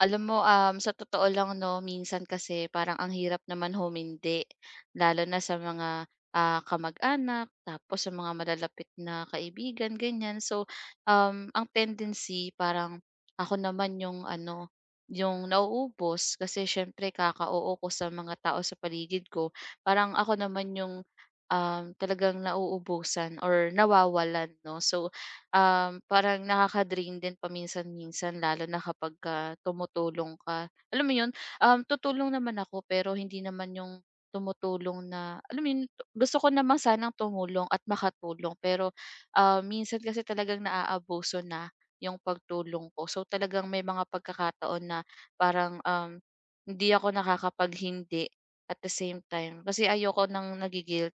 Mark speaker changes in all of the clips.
Speaker 1: Alam mo, sa totoo lang 'no, minsan kasi parang ang hirap naman humindi, lalo na sa mga, kamag-anak, tapos sa mga malalapit na kaibigan, ganyan. So, ang tendency parang ako naman yung ano, yung nauubos kasi siyempre kaka-oo ko sa mga tao sa paligid ko. Parang ako naman yung, talagang nauubusan or nawawalan 'no. So, parang nakaka-drain din paminsan-minsan lalo na kapagka tumutulong ka. Alam mo 'yun, tutulong naman ako pero hindi naman 'yung tumutulong na alam mo 'yun, gusto ko naman sanang tumulong at makatulong pero, minsan kasi talagang naaabuso na 'yung pagtulong ko. So, talagang may mga pagkakataon na parang, hindi ako nakakapaghindi at the same time kasi ayoko ng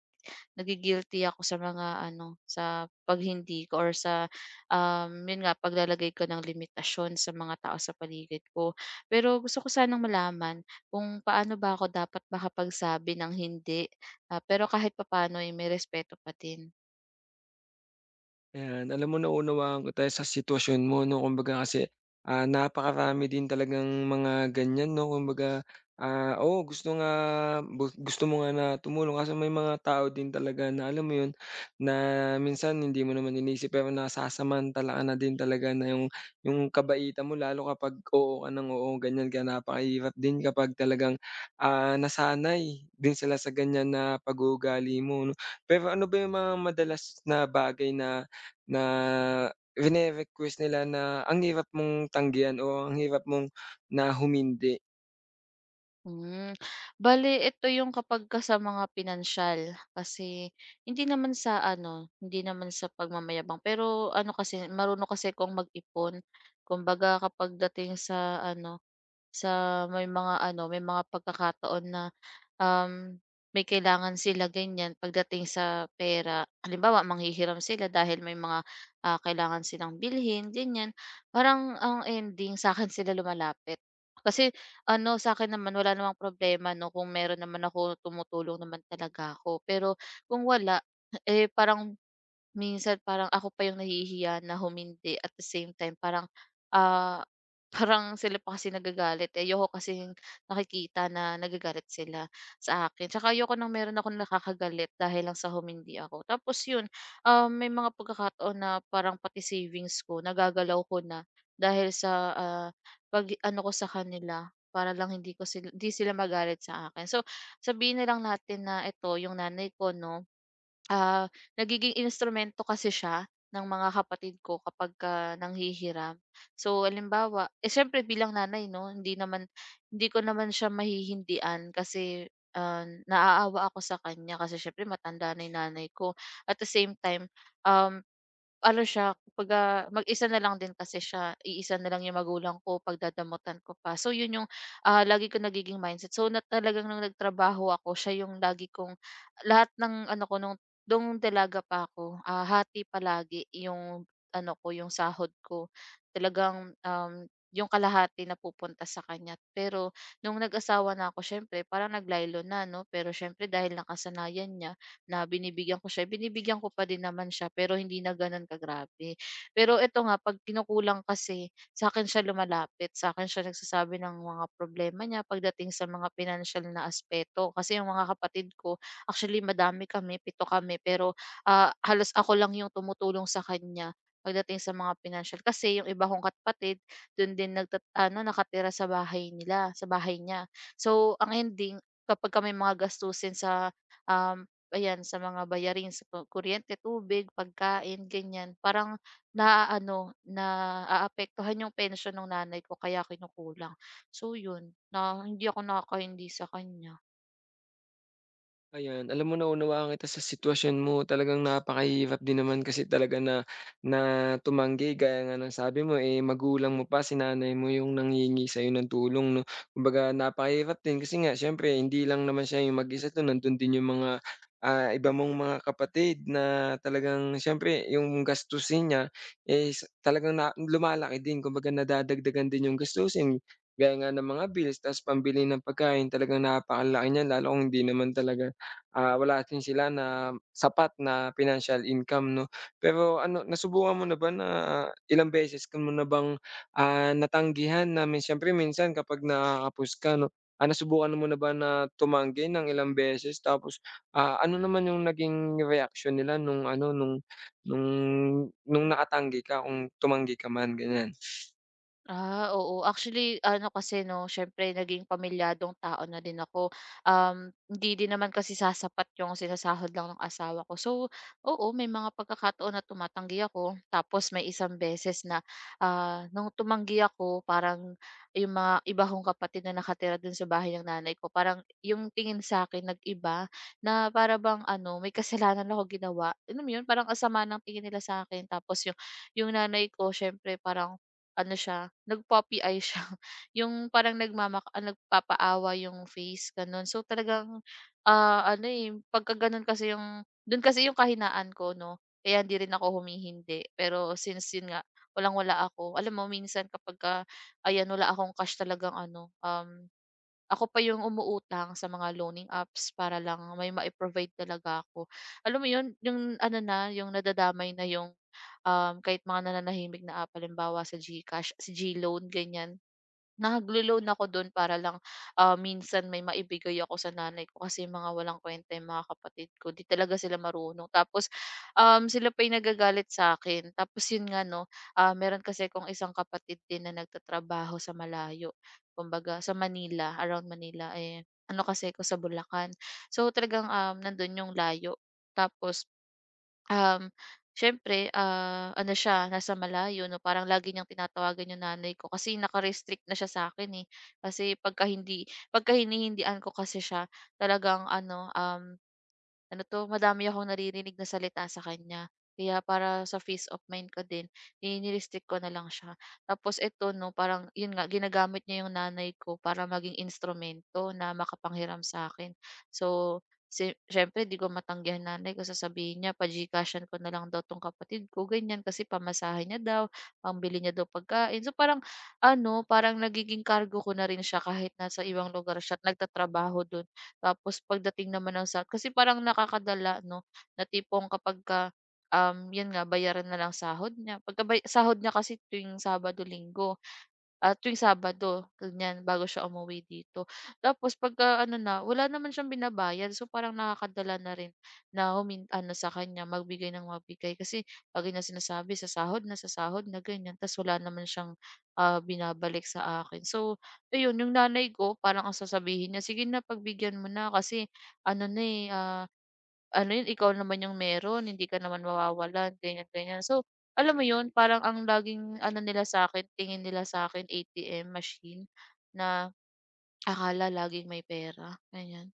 Speaker 1: nagigilty ako sa mga ano, sa 'pag hindi ko or sa, 'yun nga paglalagay ko ng limitasyon sa mga tao sa paligid ko. Pero gusto ko sanang malaman kung paano ba ako dapat makapagsabi ng hindi, pero kahit papaano, eh, may respeto pa din.
Speaker 2: Ayan, alam mo naunawaan kita sa sitwasyon mo 'no, kumbaga kasi, napakarami din talagang mga ganyan 'no, kumbaga, oo gusto nga gusto mo nga na tumulong kasi may mga tao din talaga na alam mo 'yun, na minsan hindi mo naman iniisip pero nasasamantala ka na din talaga na 'yung kabaitan mo lalo kapag oo ka ng oo, ganyan kaya napakahirap din kapag talagang, nasanay din sila sa ganyan na pag-uugali mo 'no. Pero ano ba 'yung mga madalas na bagay na na rine-request nila na ang hirap mong tanggihan o ang hirap mong na humindi.
Speaker 1: Hmm, Bale ito yung kapagka sa mga pinansiyal kasi hindi naman sa ano, hindi naman sa pagmamayabang pero ano kasi marunong kasi akong mag-ipon. Kumbaga kapag dating sa ano sa may mga ano, may mga pagkakataon na, um, may kailangan sila ganyan pagdating sa pera. Halimbawa, manghihiram sila dahil may mga, kailangan silang bilhin ganyan. Parang ang ending sa akin sila lumalapit. Kasi ano, sa akin naman wala namang problema 'no, kung meron naman ako tumutulong naman talaga ako. Pero kung wala, eh, parang minsan parang ako pa yung nahihiya na humindi at the same time parang, ah, parang sila pa kasi nagagalit, eh, ayoko kasi nakikita na nagagalit sila sa akin. Tsaka ayoko ng meron akong nakakagalit dahil lang sa humindi ako. Tapos yun, may mga pagkakataon na parang pati savings ko nagagalaw ko na dahil sa, pag-ano ko sa kanila para lang hindi sila magalit sa akin. So, sabihin na lang natin na ito yung nanay ko 'no. Ah, Nagiging instrumento kasi siya ng mga kapatid ko kapagka nanghihiram. So halimbawa eh, siyempre bilang nanay 'no, hindi ko naman siya mahihindian kasi, naaawa ako sa kanya kasi siyempre matanda na yung nanay ko. At the same time, um, ano siya kumbaga mag-isa na lang din kasi siya, iisa na lang yung magulang ko, pagdadamutan ko pa. So yun yung, lagi ko nagiging mindset. So na talagang nung nagtrabaho ako siya yung lagi kong lahat ng ano ko nung dalaga pa ako, hati palagi yung ano ko, yung sahod ko. Talagang, yung kalahati na pupunta sa kanya. Pero nung nag-asawa na ako siyempre parang naglaylo na 'no, pero siyempre dahil nakasanayan niya na binibigyan ko siya, binibigyan ko pa din naman siya pero hindi na gano'n kagrabe. Pero eto nga 'pag kinukulang kasi, sa'kin siya lumalapit, sa'kin siya nagsasabi ng mga problema niya pagdating sa mga financial na aspeto. Kasi yung mga kapatid ko. Actually madami kami, pito kami pero, halos ako lang yung tumutulong sa kanya pagdating sa mga financial. Kasi yung iba kong kapatid dun din ano nakatira sa bahay nila, sa bahay niya. So ang ending kapag kami mga gastusin sa, um, ayan sa mga bayarin sa kuryente, tubig, pagkain, ganyan, parang naaano, naaapektuhan yung pension ng nanay ko kaya kinukulang. So yun, na hindi ako nakakahindi sa kanya.
Speaker 2: Ayan, alam mo naunawaan kita sa sitwasyon mo. Talagang napakahirap din naman kasi talaga na na tumanggi gaya nga ng sabi mo, eh, magulang mo pa, si nanay mo yung nanghihingi sa'yo ng tulong 'no. Kumbaga napakahirap din kasi nga siyempre hindi lang naman siya yung mag-isa dun, nandun din yung mga, iba mong mga kapatid na talagang siyempre yung gastusin niya is talagang na lumalaki din. Kumbaga nadadagdagan din yung gastusin gaya nga ng mga bills ta's pambili ng pagkain. Talagang napakalaki niya lalo kung hindi naman talaga. Ah, wala din sila na sapat na financial income 'no. Pero ano, nasubukan mo na ba na ilang beses ka mo na bang, natanggihan na min siyempre minsan kapag nakakapos ka 'no, nasubukan mo na ba na tumanggi ng ilang beses tapos, ano naman yung naging reaction nila nung ano, nung nung nakatanggi ka, kung tumanggi ka man, ganyan?
Speaker 1: Oo. Actually, ano kasi 'no, siyempre naging pamilyadong tao na din ako. Hindi din naman kasi sasapat yung sinasahod lang ng asawa ko. So, oo, may mga pagkakataon na tumatanggi ako. Tapos may isang beses na, nung tumanggi ako parang yung mga iba kong kapatid na nakatira dun sa bahay ng nanay ko, parang yung tingin sa'kin nag-iba na para bang ano, may kasalanan ako ginawa. Ano mo yun, parang ang sama ng tingin nila sa'kin. Tapos yung nanay ko siyempre parang ano siya, nag-poppy eye siya, yung parang nagpapaawa yung face gano'n. So talagang, ano, eh, pagka gano'n kasi yung dun kasi yung kahinaan ko 'no, kaya hindi rin ako humihindi. Pero since yun nga, walang-wala ako. Alam mo minsan kapagka ayan, wala akong cash talagang ano, ako pa yung umuutang sa mga loaning apps para lang may mai-provide talaga ako. Alam mo yun, yung ano na, yung nadadamay na yung kahit mga nananahimik na app halimbawa sa GCash, sa GLoan ganyan. Naglo-loan ako dun para lang, minsan may maibigay ako sa nanay ko kasi mga walang kuwenta yung mga kapatid ko, 'di talaga sila marunong. Tapos, sila pa yung nagagalit sa akin. Tapos yun nga 'no, meron kasi akong isang kapatid din na nagtatrabaho sa malayo, kumbaga sa Manila, around Manila, eh, ano kasi ko sa Bulacan. So talagang, nandun yung layo. Tapos Um, siyempre, ano siya, nasa malayo 'no, parang lagi niyang tinatawagan yung nanay ko kasi naka-restrict na siya sa'kin, eh. Kasi pagka hinihindian ko kasi siya talagang ano, ano 'to, madami akong naririnig na salita sa kanya. Kaya para sa peace of mind ko din, eh, ni-restrict ko na lang siya. Tapos eto 'no, parang yun nga, ginagamit niya yung nanay ko para maging instrumento na makapanghiram sa akin. So, siyempre 'di ko matanggihan nanay ko, sasabihin niya pa-GCashan ko na lang daw 'tong kapatid ko, ganyan. Kasi pamasahe niya daw, pangbili niya daw pagkain. So parang ano, parang nagiging cargo ko na rin siya kahit nasa ibang lugar siya at nagtatrabaho dun. Tapos pagdating naman ng sahod kasi parang nakakadala 'no, na tipong kapagka, 'yun nga bayaran na lang sahod niya. Pagka sahod niya kasi tuwing Sabado, Linggo. Tuwing Sabado, ganyan, bago siya umuwi dito. Tapos pagka ano na, wala naman siyang binabayad. So, parang nakakadala na rin na ano sa kanya, magbigay ng magbigay. Kasi lagi niya sinasabi, sa sahod na, ganyan. Tapos wala naman siyang binabalik sa akin. So, ayun, yung nanay ko, parang ang sasabihin niya, sige na, pagbigyan mo na. Kasi, ano na eh, ano yun, ikaw naman yung meron, hindi ka naman mawawalan, ganyan, ganyan. So, alam mo 'yun, parang ang laging ano nila sa akin tingin nila sa'kin ATM machine na akala laging may pera, ganiyan.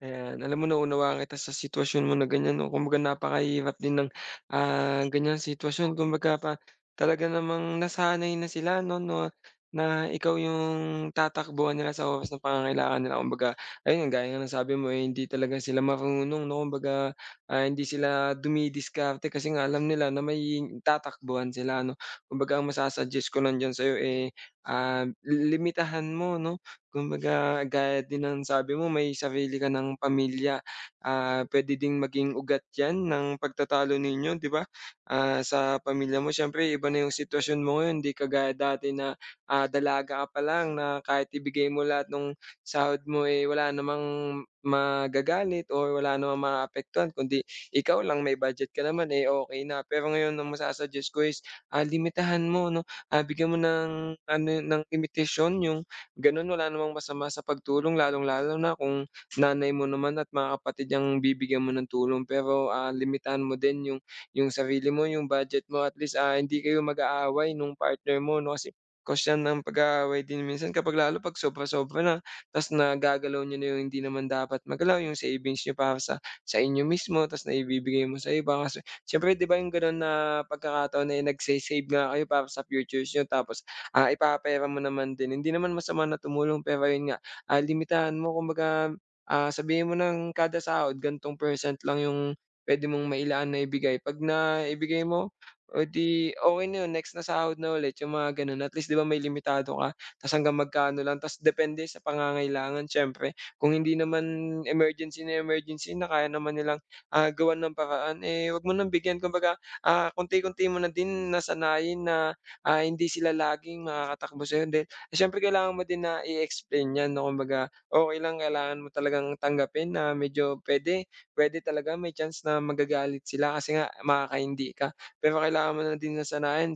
Speaker 2: Ayan, alam mo naunawaan kita sa sitwasyon mo na ganyan 'no, kumbaga napakahirap din ng, ganyang sitwasyon kumbaga pa talaga namang nasanay na sila 'no na na ikaw yung tatakbuhan nila sa oras ng pangangailangan nila. Kumbaga ayun nga, gaya nga ng sabi mo, eh, hindi talaga sila marunong 'no, kumbaga, hindi sila dumidiskarte kasi nga alam nila na may tatakbuhan sila 'no. Kumbaga ang masa-suggest ko lang diyan sa'yo, eh, limitahan mo 'no. Kumbaga gaya din ng sabi mo may sarili ka ng pamilya, puwede ding maging ugat 'yan ng pagtatalo ninyo, 'di ba? Ah, sa pamilya mo siyempre iba na yung sitwasyon mo ngayon, hindi kagaya dati na, dalaga ka pa lang na kahit ibigay mo lahat ng sahod mo, eh, wala namang magagalit or wala namang maaapektuhan kundi ikaw lang, may budget ka naman, eh, okay na. Pero ngayon ang masa ko is, limitahan mo 'no, bigyan mo ng ano, ng limitasyon yung gano'n. Wala namang masama sa pagtulong lalong-lalo na kung nanay mo naman at mga kapatid ang bibigyan mo ng tulong. Pero, ah, limitahan mo din yung sarili mo, yung budget mo, at least, ah, hindi kayo mag-aaway nung partner mo 'no, kasi cause yan ng pag-aaway din minsan kapag lalo 'pag sobra-sobra na ta's nagagalaw niyo na yung hindi naman dapat magalaw, yung savings niyo para sa inyo mismo ta's naibibigay mo sa iba. Kasi siyempre, 'di ba, yung gano'n na pagkakataon, na eh, nagse-save nga kayo para sa futures niyo tapos, ah, ipapera mo naman din. Hindi naman masama na tumulong pero yun nga, limitahan mo, kumbaga, sabihin mo ng kada sahod gan'tong percent lang yung pwede mong mailaan na ibigay, 'pag na ibigay mo, o 'di okay na yun, next na sahod na ulit yung mga gano'n. At least, 'di ba, may limitado ka, ta's hanggang magkano lang ta's depende sa pangangailangan siyempre. Kung hindi naman emergency na kaya naman nilang, gawan ng paraan, eh, huwag mo ng bigyan, kumbaga, konti-konti mo na din nasanayin na hindi sila laging makakatakbo sa'yo, then siyempre kailangan mo din na i-explain 'yan 'no. Kumbaga okey lang, kailangan mo talagang tanggapin na medyo puwede pwede talaga may chance na magagalit sila kasi nga makakahindi ka. Pero kailangan mo na din na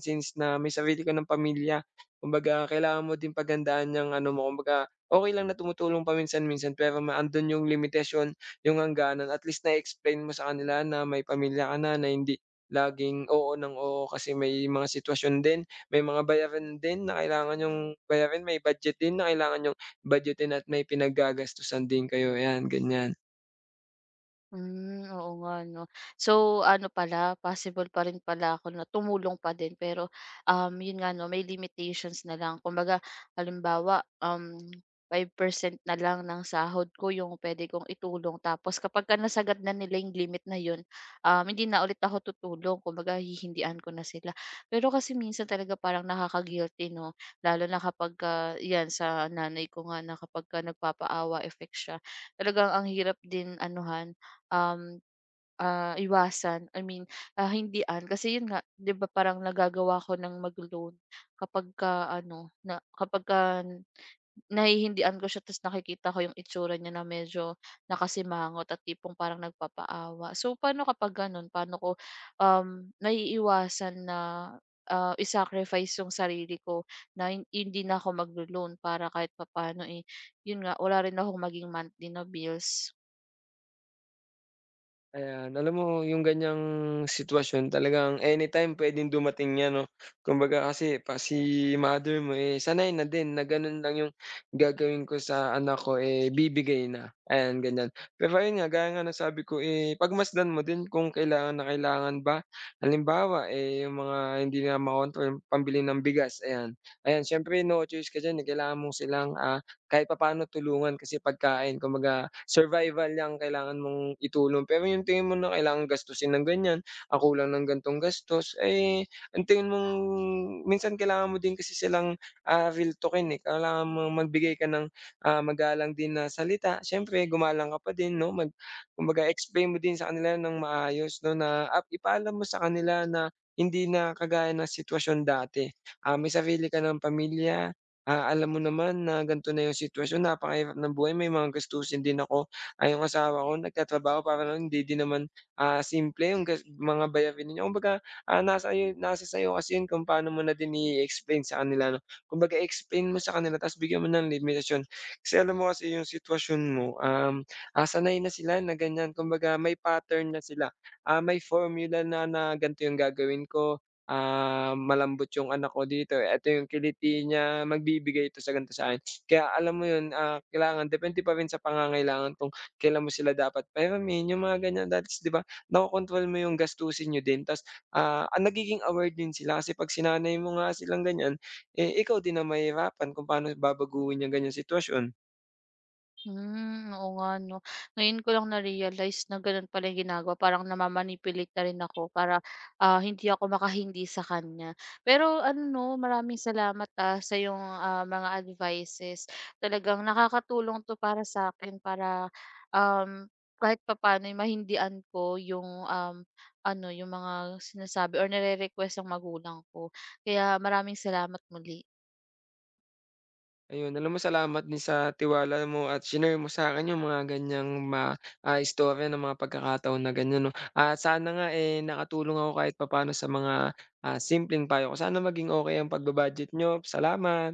Speaker 2: since na may sarili ka ng pamilya, kumbaga kailangan mo din paghandaan 'yang ano mo. Kumbaga okey lang na tumutulong paminsan-minsan pero ma andun yung limitasyon, yung hangganan, at least na-explain mo sa kanila na may pamilya ka na, na hindi laging oo ng oo, kasi may mga sitwasyon din, may mga bayaran din na kailangan yung bayarin, may budget din na kailangan niyong budgetin at may pinaggagastusan din kayo, 'yan, ganyan.
Speaker 1: Hmm, oo nga 'no. So ano pala, possible pa rin pala ako na tumulong pa din pero, yun nga 'no, may limitations na lang. Kumbaga halimbawa, 5% na lang ng sahod ko yung puwede kong itulong tapos kapagka nasagad na nila yung limit na yun, hindi na ulit ako tutulong kumbaga hihindian ko na sila. Pero kasi minsan talaga parang nakaka-guilty 'no, lalo na kapagka 'yan sa nanay ko nga na kapagka nagpapaawa effect siya, talagang ang hirap din anuhan um, iwasan, I mean, hindian. Kasi yun nga, 'di ba parang nagagawa ko ng mag-loan kapag ka ano, na kapagka nahihindian ko siya tapos nakikita ko yung itsura niya na medyo nakasimangot at tipong parang nagpapaawa. So, paano kapag ganun? Paano ko, naiiwasan na, i-sacrifice yung sarili ko na hindi na ako maglo-loan para kahit papaano, eh, yun nga, wala rin akong maging monthly na bills.
Speaker 2: Ayan, alam mo yung ganiyang sitwasyon talagang anytime puwedeng dumating 'yan 'no. Kumbaga kasi pa si mother mo, eh, sanay na din na gano'n lang yung gagawin ko sa anak ko, eh, bibigay na, ayan ganiyan. Pero ayun nga, gaya nga ng sabi ko, eh, pagmasdan mo din kung kailangan na kailangan ba. Halimbawa, eh, yung mga hindi na makontrol, pambili ng bigas, ayan. Ayan siyempre no choice ka diyan, eh, kailangan mo silang, ah, kahit papaano tulungan kasi pagkain, kumbaga survival lang kailangan mong itulong. Pero yung tingin mo na kailangang gastusin ng ganyan, ang kulang ng gantong gastos, eh, ang tingin mong minsan kailangan mo din kasi silang, real talk-in, eh, kailangan mong magbigay ka ng, magalang din na salita. Siyempre gumalang ka pa din 'no, mag kumbaga explain mo din sa kanila ng maayos 'no na at ipaalam mo sa kanila na hindi na kagaya ng sitwasyon dati. Ah, may sarili ka ng pamilya. Ah, alam mo naman na gan'to na yung sitwasyon, napakahirap ng buhay, may mga gastusin din ako. Ah, yung asawa ko nagtatrabaho para lang hindi din naman, simple yung gas mga bayarin niya. Kumbaga, ah, nasa iyo nasa sa'yo kasi yun kung paano mo na din i-explain sa kanila 'no. Kumbaga explain mo sa kanila ta's bigyan mo ng limitasyon. Kasi alam mo kasi yung sitwasyon mo, sanay na sila na ganyan, kumbaga may pattern na sila. Ah, may formula na na gan'to yung gagawin ko. Ah, malambot yung anak ko dito, eh. Eto yung kiliti niya, magbibigay ito sa ganito sa akin. Kaya alam mo yun, ah, kailangan depende pa rin sa pangangailangan kung kailan mo sila dapat pahiramin, yung mga ganyan. That is, 'di ba, nakokontrol mo yung gastusin niyo din ta's, ang nagiging aware din sila kasi 'pag sinanay mo nga silang ganyan, eh, ikaw din ang mahihirapan kung paano babaguhin yung ganyang sitwasyon.
Speaker 1: Hmm, oo nga 'no. Ngayon ko lang na-realize na gano'n pala yung ginagawa, parang nama na rin ako para, hindi ako makahindi sa kanya. Pero ano 'no, maraming salamat, sa yung mga advices. Talagang nakakatulong 'to para sa akin para, um, kahit papaano'y mahindian ko yung, ano, yung mga sinasabi or nire-request ng magulang ko. Kaya maraming salamat muli.
Speaker 2: Ayun, alam mo salamat din sa tiwala mo at shinare mo sa'kin yung mga ganiyang ma istorya ng mga pagkakataon na ganiyan 'no. At sana nga, eh, nakatulong ako kahit papaano sa mga, simpleng payo ko. Sana maging okey ang pagba-budget niyo. Salamat.